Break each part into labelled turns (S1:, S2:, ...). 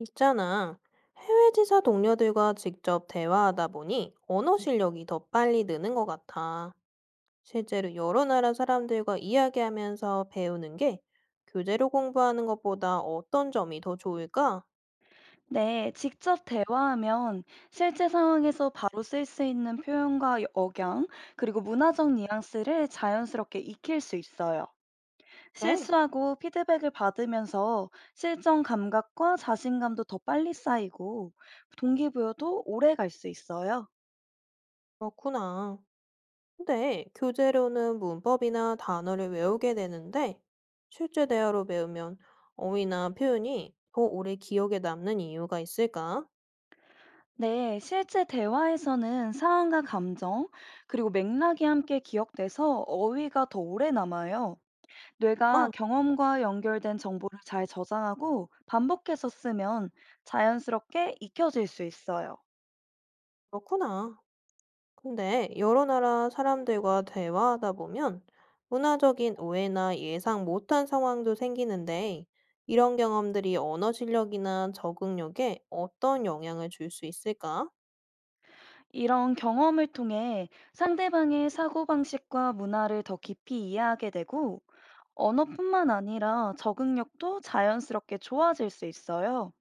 S1: 있잖아. 해외 지사 동료들과 직접 대화하다 보니 언어 실력이 더 빨리 느는 것 같아. 실제로 여러 나라 사람들과 이야기하면서 배우는 게 교재로 공부하는 것보다 어떤 점이 더 좋을까?
S2: 네, 직접 대화하면 실제 상황에서 바로 쓸 수 있는 표현과 억양, 그리고 문화적 뉘앙스를 자연스럽게 익힐 수 있어요.
S1: 그래,
S2: 실수하고 피드백을 받으면서 실전 감각과 자신감도 더 빨리 쌓이고 동기부여도 오래 갈 수 있어요.
S1: 그렇구나. 근데 교재로는 문법이나 단어를 외우게 되는데 실제 대화로 배우면 어휘나 표현이 더 오래 기억에 남는 이유가 있을까?
S2: 네, 실제 대화에서는 상황과 감정, 그리고 맥락이 함께 기억돼서 어휘가 더 오래 남아요. 뇌가
S1: 아,
S2: 경험과 연결된 정보를 잘 저장하고 반복해서 쓰면 자연스럽게 익혀질 수 있어요.
S1: 그렇구나. 근데 여러 나라 사람들과 대화하다 보면 문화적인 오해나 예상 못한 상황도 생기는데 이런 경험들이 언어 실력이나 적응력에 어떤 영향을 줄 수 있을까?
S2: 이런 경험을 통해 상대방의 사고방식과 문화를 더 깊이 이해하게 되고 언어뿐만 아니라 적응력도 자연스럽게 좋아질 수 있어요.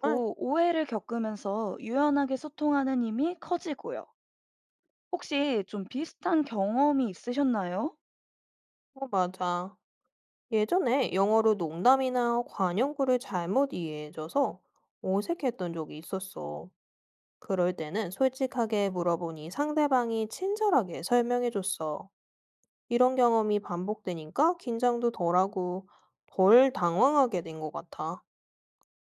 S1: 아,
S2: 오해를 겪으면서 유연하게 소통하는 힘이 커지고요. 혹시 좀 비슷한 경험이 있으셨나요?
S1: 어, 맞아. 예전에 영어로 농담이나 관용구를 잘못 이해해줘서 어색했던 적이 있었어. 그럴 때는 솔직하게 물어보니 상대방이 친절하게 설명해줬어. 이런 경험이 반복되니까 긴장도 덜하고 덜 당황하게 된 것 같아.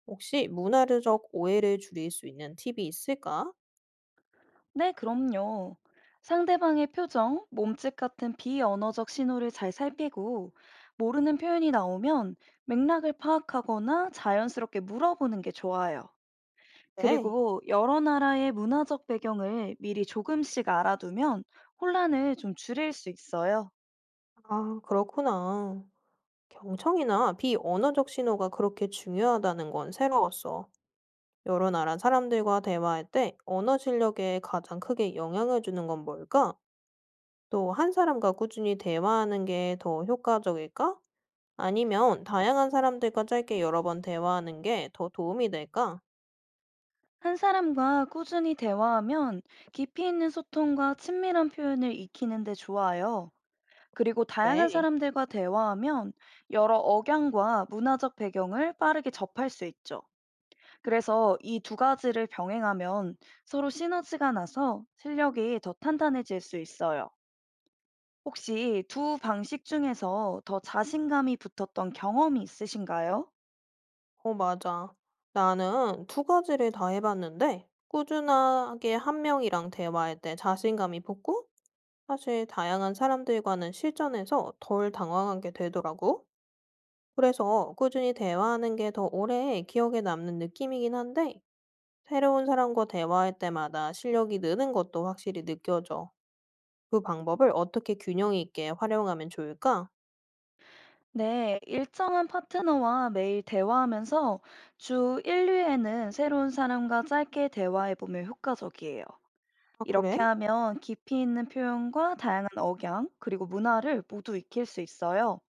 S1: 혹시 문화적 오해를 줄일 수 있는 팁이 있을까?
S2: 네, 그럼요. 상대방의 표정, 몸짓 같은 비언어적 신호를 잘 살피고 모르는 표현이 나오면 맥락을 파악하거나 자연스럽게 물어보는 게 좋아요.
S1: 네.
S2: 그리고 여러 나라의 문화적 배경을 미리 조금씩 알아두면 혼란을 좀 줄일 수 있어요.
S1: 아, 그렇구나. 경청이나 비언어적 신호가 그렇게 중요하다는 건 새로웠어. 여러 나라 사람들과 대화할 때 언어 실력에 가장 크게 영향을 주는 건 뭘까? 또 한 사람과 꾸준히 대화하는 게 더 효과적일까? 아니면 다양한 사람들과 짧게 여러 번 대화하는 게 더 도움이 될까?
S2: 한 사람과 꾸준히 대화하면 깊이 있는 소통과 친밀한 표현을 익히는 데 좋아요. 그리고 다양한
S1: 네.
S2: 사람들과 대화하면 여러 억양과 문화적 배경을 빠르게 접할 수 있죠. 그래서 이 두 가지를 병행하면 서로 시너지가 나서 실력이 더 탄탄해질 수 있어요. 혹시 두 방식 중에서 더 자신감이 붙었던 경험이 있으신가요?
S1: 어 맞아. 나는 두 가지를 다 해 봤는데 꾸준하게 한 명이랑 대화할 때 자신감이 붙고 사실 다양한 사람들과는 실전에서 덜 당황하게 되더라고. 그래서 꾸준히 대화하는 게 더 오래 기억에 남는 느낌이긴 한데 새로운 사람과 대화할 때마다 실력이 느는 것도 확실히 느껴져. 그 방법을 어떻게 균형 있게 활용하면 좋을까?
S2: 네, 일정한 파트너와 매일 대화하면서 주 1회에는 새로운 사람과 짧게 대화해보면 효과적이에요.
S1: 아
S2: 이렇게
S1: 그래?
S2: 하면 깊이 있는 표현과 다양한 억양, 그리고 문화를 모두 익힐 수 있어요.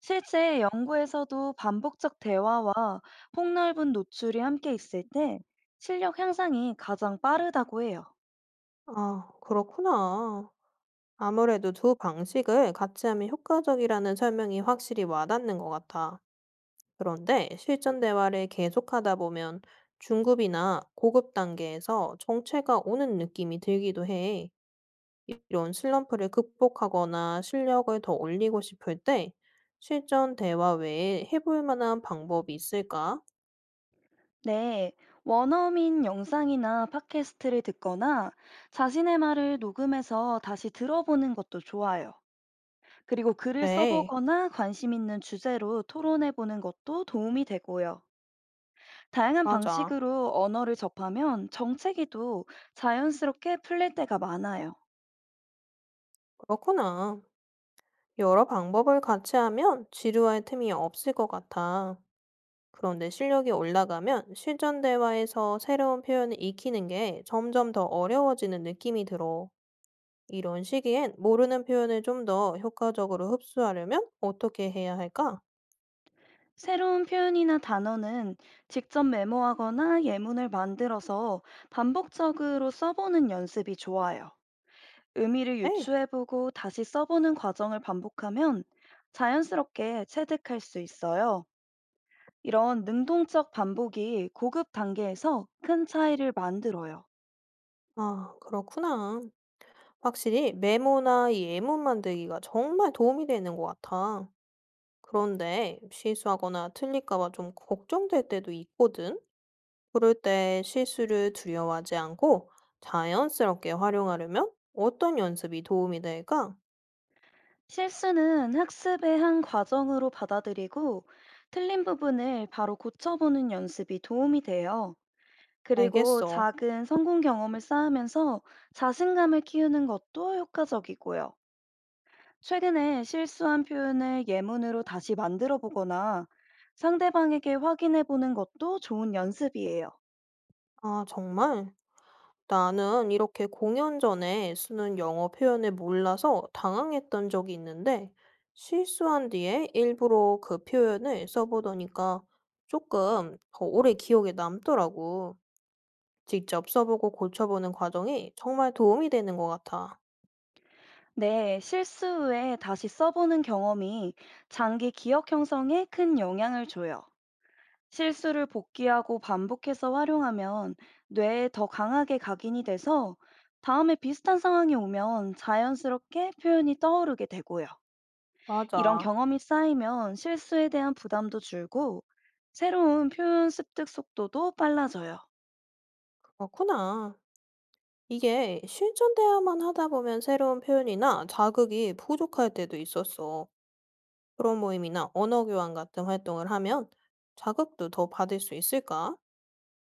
S2: 실제 연구에서도 반복적 대화와 폭넓은 노출이 함께 있을 때 실력 향상이 가장 빠르다고 해요.
S1: 아 그렇구나. 아무래도 두 방식을 같이 하면 효과적이라는 설명이 확실히 와닿는 것 같아. 그런데 실전 대화를 계속하다 보면 중급이나 고급 단계에서 정체가 오는 느낌이 들기도 해. 이런 슬럼프를 극복하거나 실력을 더 올리고 싶을 때 실전 대화 외에 해볼 만한 방법이 있을까?
S2: 네, 원어민 영상이나 팟캐스트를 듣거나 자신의 말을 녹음해서 다시 들어보는 것도 좋아요. 그리고 글을
S1: 그래,
S2: 써보거나 관심 있는 주제로 토론해보는 것도 도움이 되고요. 다양한
S1: 맞아.
S2: 방식으로 언어를 접하면 정체기도 자연스럽게 풀릴 때가 많아요.
S1: 그렇구나. 여러 방법을 같이 하면 지루할 틈이 없을 것 같아. 그런데 실력이 올라가면 실전 대화에서 새로운 표현을 익히는 게 점점 더 어려워지는 느낌이 들어. 이런 시기엔 모르는 표현을 좀 더 효과적으로 흡수하려면 어떻게 해야 할까?
S2: 새로운 표현이나 단어는 직접 메모하거나 예문을 만들어서 반복적으로 써보는 연습이 좋아요. 의미를
S1: 에이,
S2: 유추해보고 다시 써보는 과정을 반복하면 자연스럽게 체득할 수 있어요. 이런 능동적 반복이 고급 단계에서 큰 차이를 만들어요.
S1: 아, 그렇구나. 확실히 메모나 예문 만들기가 정말 도움이 되는 것 같아. 그런데 실수하거나 틀릴까 봐 좀 걱정될 때도 있거든. 그럴 때 실수를 두려워하지 않고 자연스럽게 활용하려면 어떤 연습이 도움이 될까?
S2: 실수는 학습의 한 과정으로 받아들이고 틀린 부분을 바로 고쳐보는 연습이 도움이 돼요. 그리고
S1: 알겠어.
S2: 작은 성공 경험을 쌓으면서 자신감을 키우는 것도 효과적이고요. 최근에 실수한 표현을 예문으로 다시 만들어 보거나 상대방에게 확인해 보는 것도 좋은 연습이에요.
S1: 아, 정말? 나는 이렇게 공연 전에 쓰는 영어 표현을 몰라서 당황했던 적이 있는데 실수한 뒤에 일부러 그 표현을 써보더니까 조금 더 오래 기억에 남더라고. 직접 써보고 고쳐보는 과정이 정말 도움이 되는 것 같아.
S2: 네, 실수 후에 다시 써보는 경험이 장기 기억 형성에 큰 영향을 줘요. 실수를 복기하고 반복해서 활용하면 뇌에 더 강하게 각인이 돼서 다음에 비슷한 상황이 오면 자연스럽게 표현이 떠오르게 되고요. 이런
S1: 맞아.
S2: 경험이 쌓이면 실수에 대한 부담도 줄고 새로운 표현 습득 속도도 빨라져요.
S1: 그렇구나. 이게 실전 대화만 하다 보면 새로운 표현이나 자극이 부족할 때도 있었어. 그런 모임이나 언어 교환 같은 활동을 하면 자극도 더 받을 수 있을까?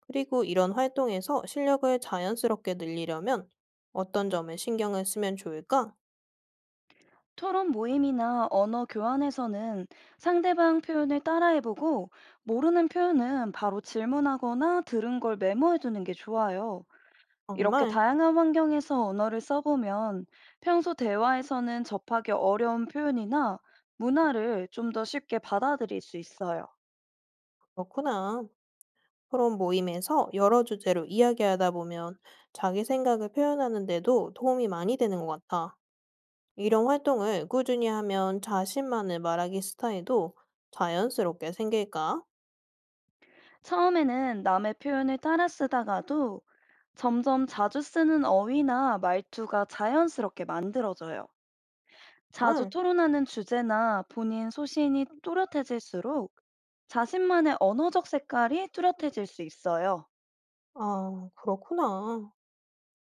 S1: 그리고 이런 활동에서 실력을 자연스럽게 늘리려면 어떤 점에 신경을 쓰면 좋을까?
S2: 토론 모임이나 언어 교환에서는 상대방 표현을 따라해보고 모르는 표현은 바로 질문하거나 들은 걸 메모해두는 게 좋아요. 이렇게
S1: 정말
S2: 다양한 환경에서 언어를 써보면 평소 대화에서는 접하기 어려운 표현이나 문화를 좀 더 쉽게 받아들일 수 있어요.
S1: 그렇구나. 그런 모임에서 여러 주제로 이야기하다 보면 자기 생각을 표현하는 데도 도움이 많이 되는 것 같아. 이런 활동을 꾸준히 하면 자신만의 말하기 스타일도 자연스럽게 생길까?
S2: 처음에는 남의 표현을 따라 쓰다가도 점점 자주 쓰는 어휘나 말투가 자연스럽게 만들어져요. 자주
S1: 응.
S2: 토론하는 주제나 본인 소신이 뚜렷해질수록 자신만의 언어적 색깔이 뚜렷해질 수 있어요.
S1: 아, 그렇구나.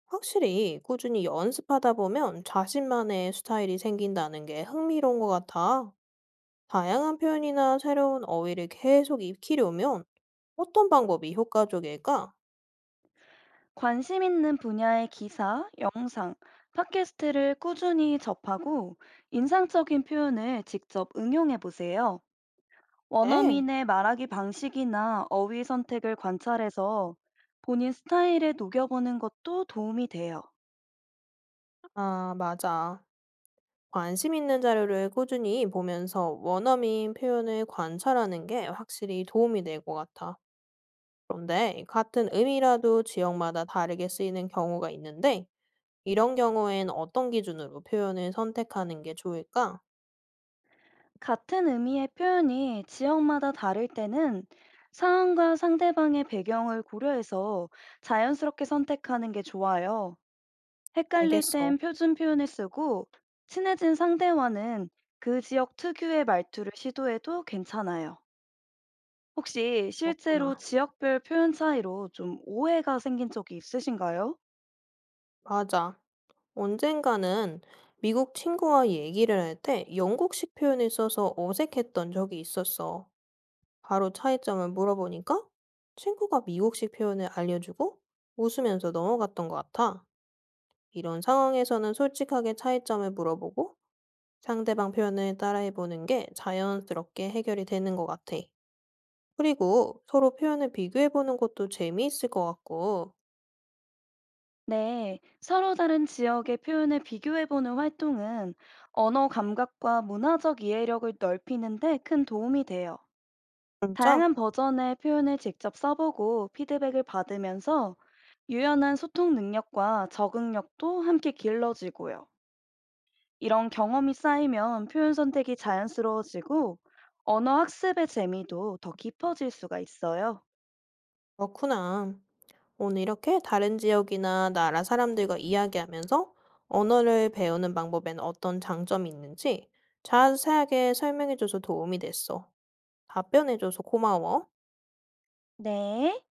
S1: 확실히 꾸준히 연습하다 보면 자신만의 스타일이 생긴다는 게 흥미로운 것 같아. 다양한 표현이나 새로운 어휘를 계속 익히려면 어떤 방법이 효과적일까?
S2: 관심 있는 분야의 기사, 영상, 팟캐스트를 꾸준히 접하고 인상적인 표현을 직접 응용해 보세요.
S1: 에
S2: 원어민의 말하기 방식이나 어휘 선택을 관찰해서 본인 스타일에 녹여보는 것도 도움이 돼요.
S1: 아, 맞아. 관심 있는 자료를 꾸준히 보면서 원어민 표현을 관찰하는 게 확실히 도움이 될 것 같아. 그런데 같은 의미라도 지역마다 다르게 쓰이는 경우가 있는데, 이런 경우엔 어떤 기준으로 표현을 선택하는 게 좋을까?
S2: 같은 의미의 표현이 지역마다 다를 때는 상황과 상대방의 배경을 고려해서 자연스럽게 선택하는 게 좋아요. 헷갈릴
S1: 알겠어.
S2: 땐 표준 표현을 쓰고 친해진 상대와는 그 지역 특유의 말투를 시도해도 괜찮아요. 혹시 실제로
S1: 그렇구나.
S2: 지역별 표현 차이로 좀 오해가 생긴 적이 있으신가요?
S1: 맞아. 언젠가는 미국 친구와 얘기를 할 때 영국식 표현을 써서 어색했던 적이 있었어. 바로 차이점을 물어보니까 친구가 미국식 표현을 알려주고 웃으면서 넘어갔던 것 같아. 이런 상황에서는 솔직하게 차이점을 물어보고 상대방 표현을 따라해보는 게 자연스럽게 해결이 되는 것 같아. 그리고 서로 표현을 비교해보는 것도 재미있을 것 같고.
S2: 네, 서로 다른 지역의 표현을 비교해보는 활동은 언어 감각과 문화적 이해력을 넓히는데 큰 도움이 돼요.
S1: 진짜?
S2: 다양한 버전의 표현을 직접 써보고 피드백을 받으면서 유연한 소통 능력과 적응력도 함께 길러지고요. 이런 경험이 쌓이면 표현 선택이 자연스러워지고 언어 학습의 재미도 더 깊어질 수가 있어요.
S1: 그렇구나. 오늘 이렇게 다른 지역이나 나라 사람들과 이야기하면서 언어를 배우는 방법엔 어떤 장점이 있는지 자세하게 설명해줘서 도움이 됐어. 답변해줘서 고마워.
S2: 네.